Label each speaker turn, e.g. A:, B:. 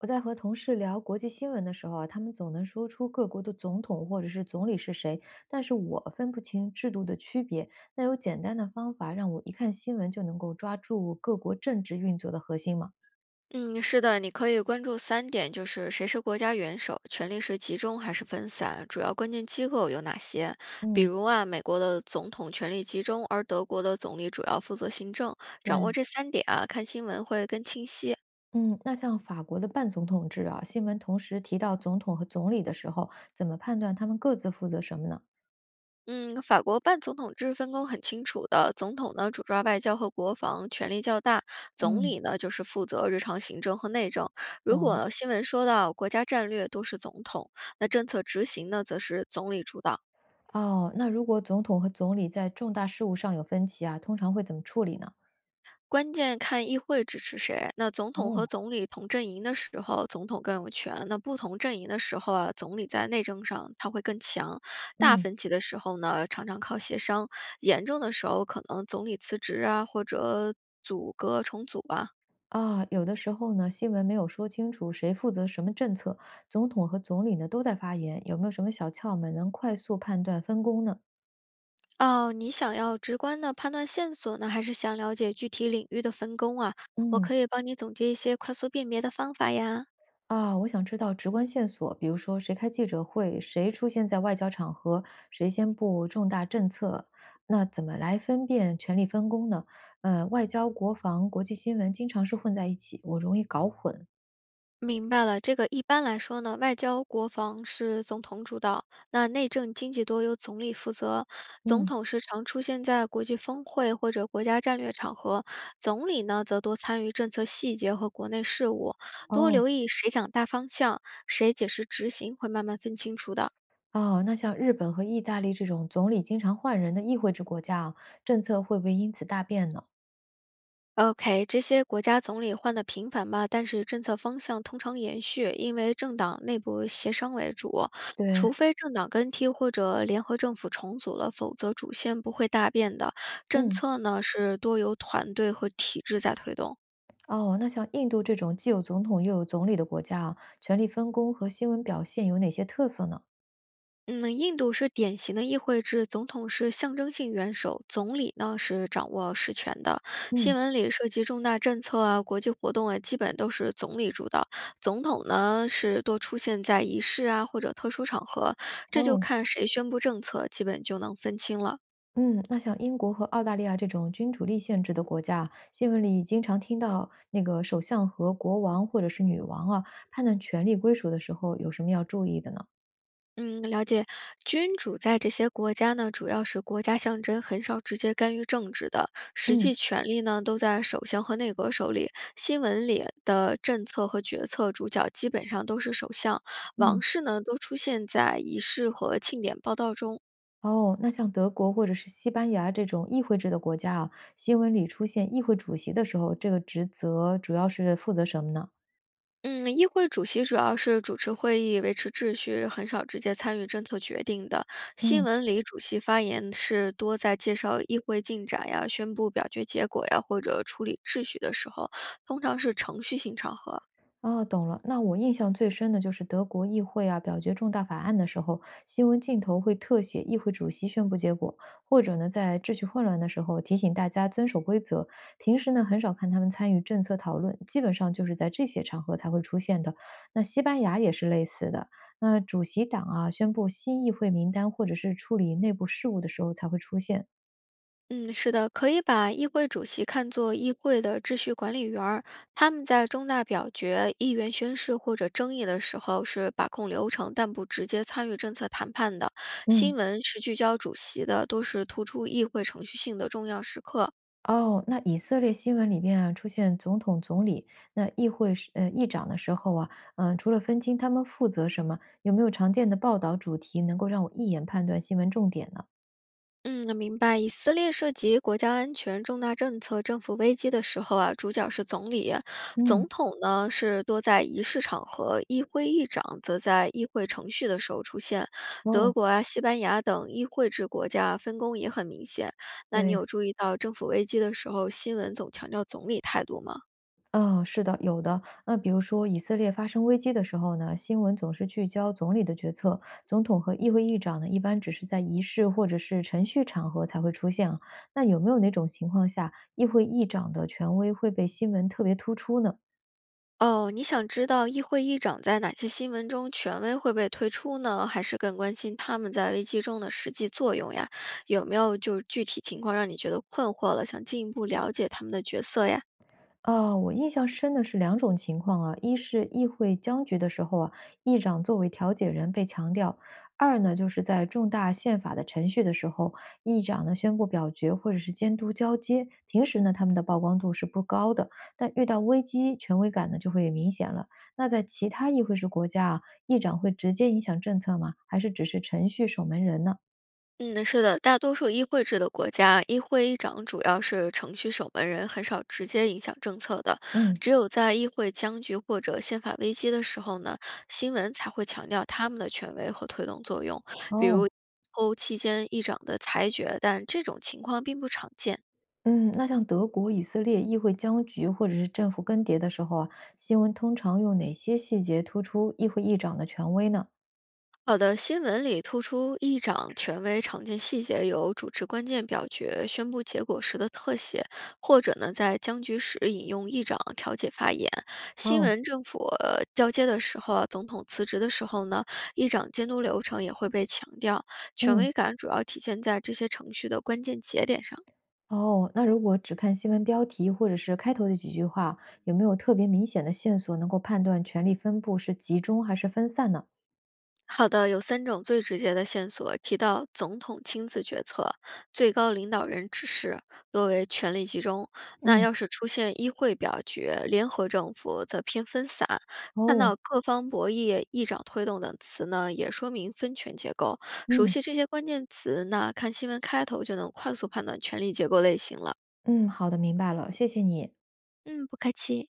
A: 我在和同事聊国际新闻的时候啊，他们总能说出各国的总统或者是总理是谁，但是我分不清制度的区别。那有简单的方法让我一看新闻就能够抓住各国政治运作的核心吗？
B: 嗯，是的，你可以关注三点，就是谁是国家元首，权力是集中还是分散，主要关键机构有哪些？比
A: 嗯，
B: 如啊，美国的总统权力集中，而德国的总理主要负责行政。掌握
A: 对，
B: 这3点啊，看新闻会更清晰。
A: 嗯，那像法国的半总统制啊，新闻同时提到总统和总理的时候，怎么判断他们各自负责什么呢？
B: 嗯，法国半总统制分工很清楚的，总统呢主抓外交和国防，权力较大；总
A: 嗯，
B: 理呢就是负责日常行政和内政。如
A: 懂了。
B: 果新闻说到国家战略，都是总统；那政策执行呢，则是总理主导。
A: 哦，那如果总统和总理在重大事务上有分歧啊，通常会怎么处理呢？
B: 关键看议会支持谁。那总统
A: 哦，
B: 和总理同阵营的时候，总统更有权；那不同阵营的时候啊，总理在内政上他会更强。大
A: 嗯。
B: 分歧的时候呢，常常靠协商；严重的时候，可能总理辞职啊，或者组阁重组啊。
A: 啊，有的时候呢，新闻没有说清楚谁负责什么政策，总统和总理呢都在发言，有没有什么小窍门能快速判断分工呢？
B: 哦，你想要直观的判断线索呢，还是想了解具体领域的分工啊？我
A: 嗯，
B: 可以帮你总结一些快速辨别的方法呀。
A: 啊，我想知道直观线索，比如说谁开记者会，谁出现在外交场合，谁宣布重大政策，那怎么来分辨权力分工呢？外交、国防、国际新闻经常是混在一起，我容易搞混。
B: 明白了，这个一般来说呢，外交、国防是总统主导，那内政、经济多由总理负责。总
A: 嗯，
B: 统是常出现在国际峰会或者国家战略场合，总理呢则多参与政策细节和国内事务，多
A: 哦，
B: 留意谁讲大方向，谁解释执行，会慢慢分清楚的。
A: 哦，那像日本和意大利这种总理经常换人的议会制国家啊，政策会不会因此大变呢？
B: OK，这些国家总理换的频繁吧，但是政策方向通常延续，因为政党内部协商为主，
A: 对，
B: 除非政党更替或者联合政府重组了，否则主线不会大变的。政
A: 嗯，
B: 策呢是多由团队和体制在推动。
A: 哦，那像印度这种既有总统又有总理的国家啊，权力分工和新闻表现有哪些特色呢？
B: 嗯，印度是典型的议会制，总统是象征性元首，总理呢是掌握实权的。新
A: 嗯，
B: 闻里涉及重大政策啊、国际活动啊，基本都是总理主导。总统呢是多出现在仪式啊或者特殊场合，这就
A: 哦，
B: 看谁宣布政策，基本就能分清了。
A: 嗯，那像英国和澳大利亚这种君主立宪制的国家啊，新闻里经常听到那个首相和国王或者是女王啊，判断权力归属的时候有什么要注意的呢？
B: 嗯，了解。君主在这些国家呢，主要是国家象征，很少直接干预政治的。实际
A: 嗯
B: 权力呢，都在首相和内阁手里。新闻里的政策和决策主角基本上都是首相。王
A: 嗯。
B: 室呢，都出现在仪式和庆典报道中。
A: 哦，那像德国或者是西班牙这种议会制的国家啊，新闻里出现议会主席的时候，这个职责主要是负责什么呢？
B: 嗯，议会主席主要是主持会议、维持秩序，很少直接参与政策决定的。新
A: 嗯
B: 闻里，主席发言是多在介绍议会进展呀、宣布表决结果呀，或者处理秩序的时候，通常是程序性场合。
A: 哦，懂了。那我印象最深的就是德国议会啊，表决重大法案的时候，新闻镜头会特写议会主席宣布结果，或者呢，在秩序混乱的时候提醒大家遵守规则。平时呢，很少看他们参与政策讨论，基本上就是在这些场合才会出现的。那西班牙也是类似的。那主席党啊，宣布新议会名单或者是处理内部事务的时候才会出现。
B: 嗯，是的，可以把议会主席看作议会的秩序管理员儿。他们在重大表决、议员宣誓或者争议的时候是把控流程，但不直接参与政策谈判的。新
A: 嗯。
B: 闻是聚焦主席的，都是突出议会程序性的重要时刻。
A: 哦，那以色列新闻里边啊，出现总统、总理，那议会时议长的时候啊，嗯、除了分清他们负责什么，有没有常见的报道主题能够让我一眼判断新闻重点呢？
B: 嗯，明白。以色列涉及国家安全、重大政策、政府危机的时候啊，主角是总理，
A: 嗯，
B: 总统呢是多在仪式场合，议会议长则在议会程序的时候出现。德
A: 哦，
B: 国啊、西班牙等议会制国家分工也很明显。那你
A: 对，
B: 有注意到政府危机的时候，新闻总强调总理态度吗？
A: 嗯、是的，有的。那比如说以色列发生危机的时候呢，新闻总是聚焦总理的决策，总统和议会议长呢，一般只是在仪式或者是程序场合才会出现啊。那有没有哪种情况下，议会议长的权威会被新闻特别突出呢？
B: 哦，你想知道议会议长在哪些新闻中权威会被推出呢？还是更关心他们在危机中的实际作用呀？有没有就是具体情况让你觉得困惑了，想进一步了解他们的角色呀？
A: 我印象深的是两种情况啊，一是议会僵局的时候啊，议长作为调解人被强调；二呢，就是在重大宪法的程序的时候，议长呢宣布表决或者是监督交接。平时呢，他们的曝光度是不高的，但遇到危机，权威感呢就会明显了。那在其他议会制国家啊，议长会直接影响政策吗？还是只是程序守门人呢？
B: 嗯，是的，大多数议会制的国家，议会议长主要是程序守门人，很少直接影响政策的。
A: 嗯，
B: 只有在议会僵局或者宪法危机的时候呢，新闻才会强调他们的权威和推动作用。比
A: 哦。
B: 如，欧期间议长的裁决，但这种情况并不常见。
A: 嗯，那像德国、以色列议会僵局或者是政府更迭的时候啊，新闻通常用哪些细节突出议会议长的权威呢？
B: 好的，新闻里突出议长权威，常见细节有主持关键表决、宣布结果时的特写，或者呢在僵局时引用议长调解发言。新
A: 哦，
B: 闻政府交接的时候啊，总统辞职的时候呢，议长监督流程也会被强调。权
A: 嗯，
B: 威感主要体现在这些程序的关键节点上。
A: 哦，那如果只看新闻标题或者是开头的几句话，有没有特别明显的线索能够判断权力分布是集中还是分散呢？
B: 好的，有3种最直接的线索提到总统亲自决策、最高领导人指示，多为权力集中。那
A: 嗯，
B: 要是出现议会表决、联合政府，则偏分散。看
A: 哦，
B: 到各方博弈、议长推动等词呢，也说明分权结构。熟
A: 嗯
B: 悉这些关键词，那看新闻开头就能快速判断权力结构类型了。
A: 嗯，好的，明白了，谢谢你。
B: 嗯，不客气。